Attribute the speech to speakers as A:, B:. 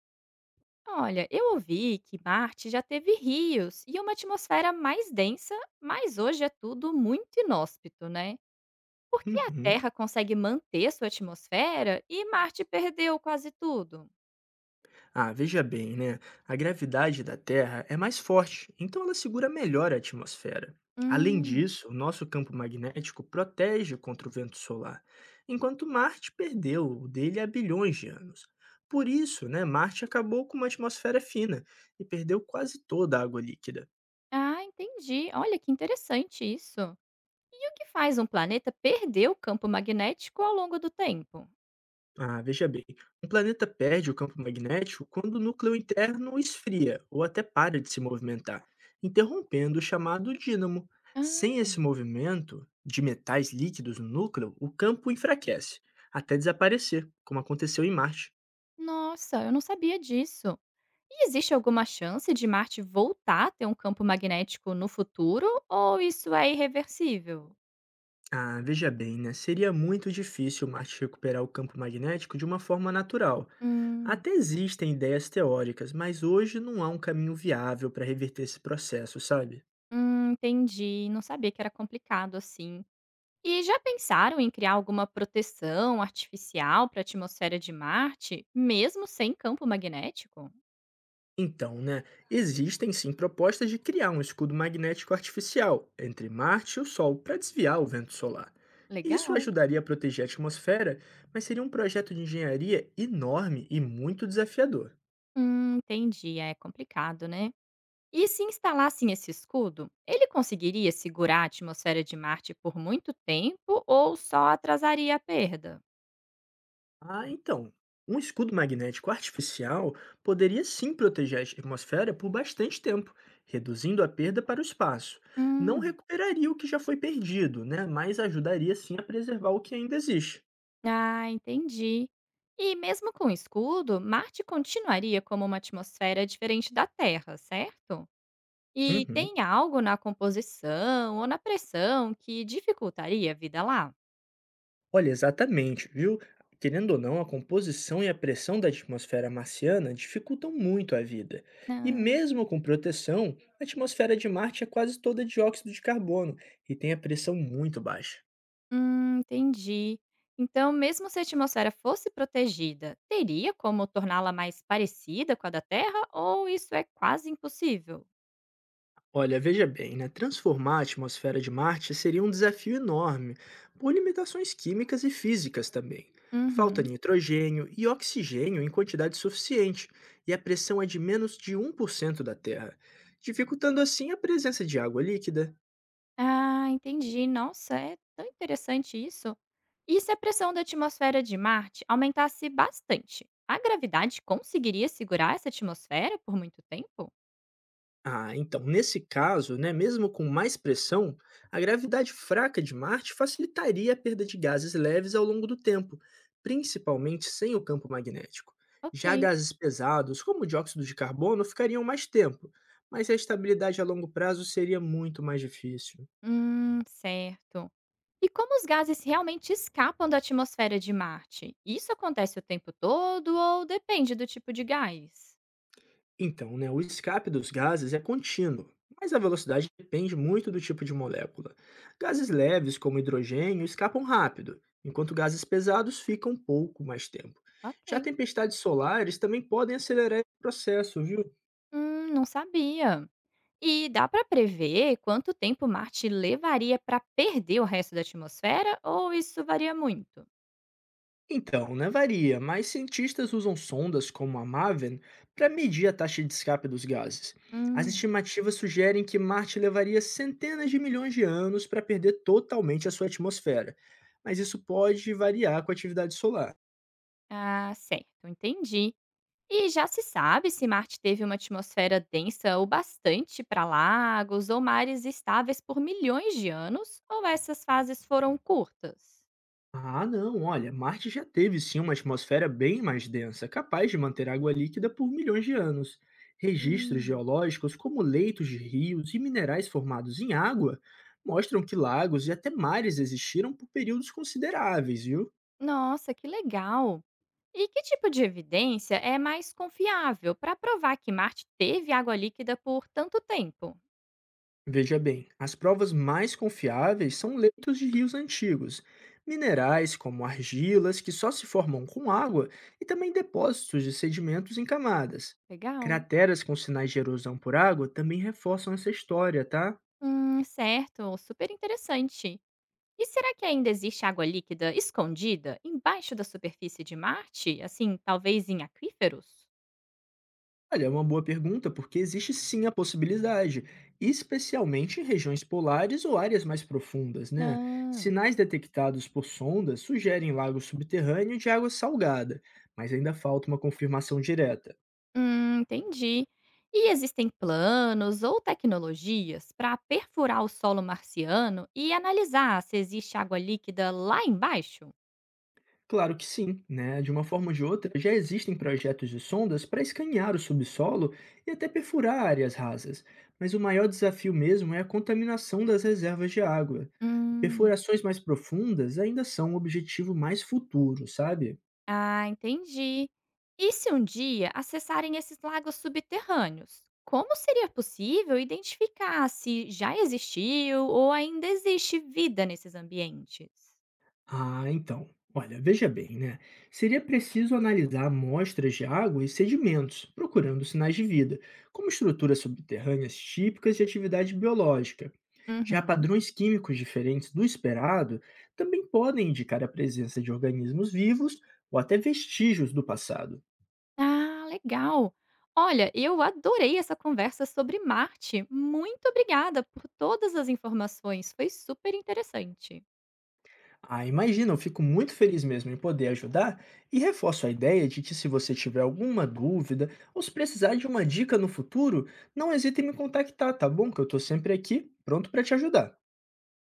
A: Olha, eu ouvi que Marte já teve rios e uma atmosfera mais densa, mas hoje é tudo muito inóspito, né? Por que a
B: Uhum.
A: Terra consegue manter sua atmosfera e Marte perdeu quase tudo?
B: Ah, veja bem, né? A gravidade da Terra é mais forte, então ela segura melhor a atmosfera. Além
A: Hum,
B: disso, o nosso campo magnético protege contra o vento solar, enquanto Marte perdeu o dele há bilhões de anos. Por isso, né, Marte acabou com uma atmosfera fina e perdeu quase toda a água líquida.
A: ah, entendi. Olha que interessante isso. E o que faz um planeta perder o campo magnético ao longo do tempo?
B: Ah, veja bem. Um planeta perde o campo magnético quando o núcleo interno esfria ou até para de se movimentar, interrompendo o chamado dínamo. Sem
A: Ah,
B: esse movimento de metais líquidos no núcleo, o campo enfraquece, até desaparecer, como aconteceu em Marte.
A: nossa, eu não sabia disso. E existe alguma chance de Marte voltar a ter um campo magnético no futuro ou isso é irreversível?
B: Ah, veja bem, né? Seria muito difícil Marte recuperar o campo magnético de uma forma natural.
A: Hum,
B: Até existem ideias teóricas, mas hoje não há um caminho viável para reverter esse processo, sabe?
A: hum, entendi. Não sabia que era complicado assim. E já pensaram em criar alguma proteção artificial para a atmosfera de Marte, mesmo sem campo magnético?
B: Então, né, existem sim propostas de criar um escudo magnético artificial entre Marte e o Sol para desviar o vento solar. Isso
A: Legal.
B: ajudaria a proteger a atmosfera, mas seria um projeto de engenharia enorme e muito desafiador.
A: Entendi. É complicado, né? E se instalassem esse escudo, ele conseguiria segurar a atmosfera de Marte por muito tempo ou só atrasaria a perda?
B: Ah, então, um escudo magnético artificial poderia sim proteger a atmosfera por bastante tempo, reduzindo a perda para o espaço. Não
A: Hum.
B: recuperaria o que já foi perdido, né, mas ajudaria sim a preservar o que ainda existe.
A: Ah, entendi. E mesmo com o escudo, Marte continuaria como uma atmosfera diferente da Terra, certo? E
B: Uhum.
A: tem algo na composição ou na pressão que dificultaria a vida lá?
B: Olha, exatamente, viu? Querendo ou não, a composição e a pressão da atmosfera marciana dificultam muito a vida. E
A: Ah,
B: mesmo com proteção, a atmosfera de Marte é quase toda dióxido de carbono e tem a pressão muito baixa.
A: entendi. Então, mesmo se a atmosfera fosse protegida, teria como torná-la mais parecida com a da Terra ou isso é quase impossível?
B: Olha, veja bem, né? Transformar a atmosfera de Marte seria um desafio enorme, por limitações químicas e físicas também. Falta
A: Uhum.
B: nitrogênio e oxigênio em quantidade suficiente, e a pressão é de menos de 1% da Terra, dificultando assim a presença de água líquida.
A: Ah, entendi. Nossa, é tão interessante isso. E se a pressão da atmosfera de Marte aumentasse bastante? A gravidade conseguiria segurar essa atmosfera por muito tempo?
B: Ah, então, nesse caso, né, mesmo com mais pressão, a gravidade fraca de Marte facilitaria a perda de gases leves ao longo do tempo, principalmente sem o campo magnético. Já
A: Ok.
B: gases pesados, como o dióxido de carbono, ficariam mais tempo, mas a estabilidade a longo prazo seria muito mais difícil.
A: Certo. E como os gases realmente escapam da atmosfera de Marte? Isso acontece o tempo todo ou depende do tipo de gás?
B: Então, né, o escape dos gases é contínuo, mas a velocidade depende muito do tipo de molécula. Gases leves, como hidrogênio, escapam rápido, enquanto gases pesados ficam pouco mais tempo. Já
A: Ok.
B: tempestades solares também podem acelerar esse processo, viu?
A: Não sabia. E dá para prever quanto tempo Marte levaria para perder o resto da atmosfera ou isso varia muito?
B: Então, né, varia, mas cientistas usam sondas como a MAVEN para medir a taxa de escape dos gases. As
A: Hum,
B: estimativas sugerem que Marte levaria centenas de milhões de anos para perder totalmente a sua atmosfera, mas isso pode variar com a atividade solar.
A: ah, certo, entendi. E já se sabe se Marte teve uma atmosfera densa o bastante para lagos ou mares estáveis por milhões de anos, ou essas fases foram curtas?
B: Ah, não, olha, Marte já teve sim uma atmosfera bem mais densa, capaz de manter água líquida por milhões de anos. Registros
A: Hum,
B: geológicos, como leitos de rios e minerais formados em água, mostram que lagos e até mares existiram por períodos consideráveis, viu?
A: nossa, que legal! E que tipo de evidência é mais confiável para provar que Marte teve água líquida por tanto tempo?
B: Veja bem, as provas mais confiáveis são leitos de rios antigos, minerais como argilas que só se formam com água e também depósitos de sedimentos em camadas.
A: Legal.
B: Crateras com sinais de erosão por água também reforçam essa história, tá?
A: Certo, super interessante. E será que ainda existe água líquida escondida embaixo da superfície de Marte? Assim, talvez em aquíferos?
B: Olha, é uma boa pergunta porque existe sim a possibilidade, especialmente em regiões polares ou áreas mais profundas, né?
A: Ah,
B: Sinais detectados por sondas sugerem lago subterrâneo de água salgada, mas ainda falta uma confirmação direta.
A: entendi. E existem planos ou tecnologias para perfurar o solo marciano e analisar se existe água líquida lá embaixo?
B: Claro que sim, né? De uma forma ou de outra, já existem projetos de sondas para escanear o subsolo e até perfurar áreas rasas, mas o maior desafio mesmo é a contaminação das reservas de água.
A: Hum.
B: Perfurações mais profundas ainda são um objetivo mais futuro, sabe?
A: Ah, entendi. E se um dia acessarem esses lagos subterrâneos? Como seria possível identificar se já existiu ou ainda existe vida nesses ambientes?
B: Ah, então. Olha, veja bem, né? Seria preciso analisar amostras de água e sedimentos, procurando sinais de vida, como estruturas subterrâneas típicas de atividade biológica. Já
A: Uhum.
B: padrões químicos diferentes do esperado também podem indicar a presença de organismos vivos ou até vestígios do passado.
A: Ah, legal! Olha, eu adorei essa conversa sobre Marte. Muito obrigada por todas as informações, foi super interessante.
B: Ah, imagina, eu fico muito feliz mesmo em poder ajudar e reforço a ideia de que se você tiver alguma dúvida ou se precisar de uma dica no futuro, não hesite em me contactar, tá bom? Que eu estou sempre aqui, pronto para te ajudar.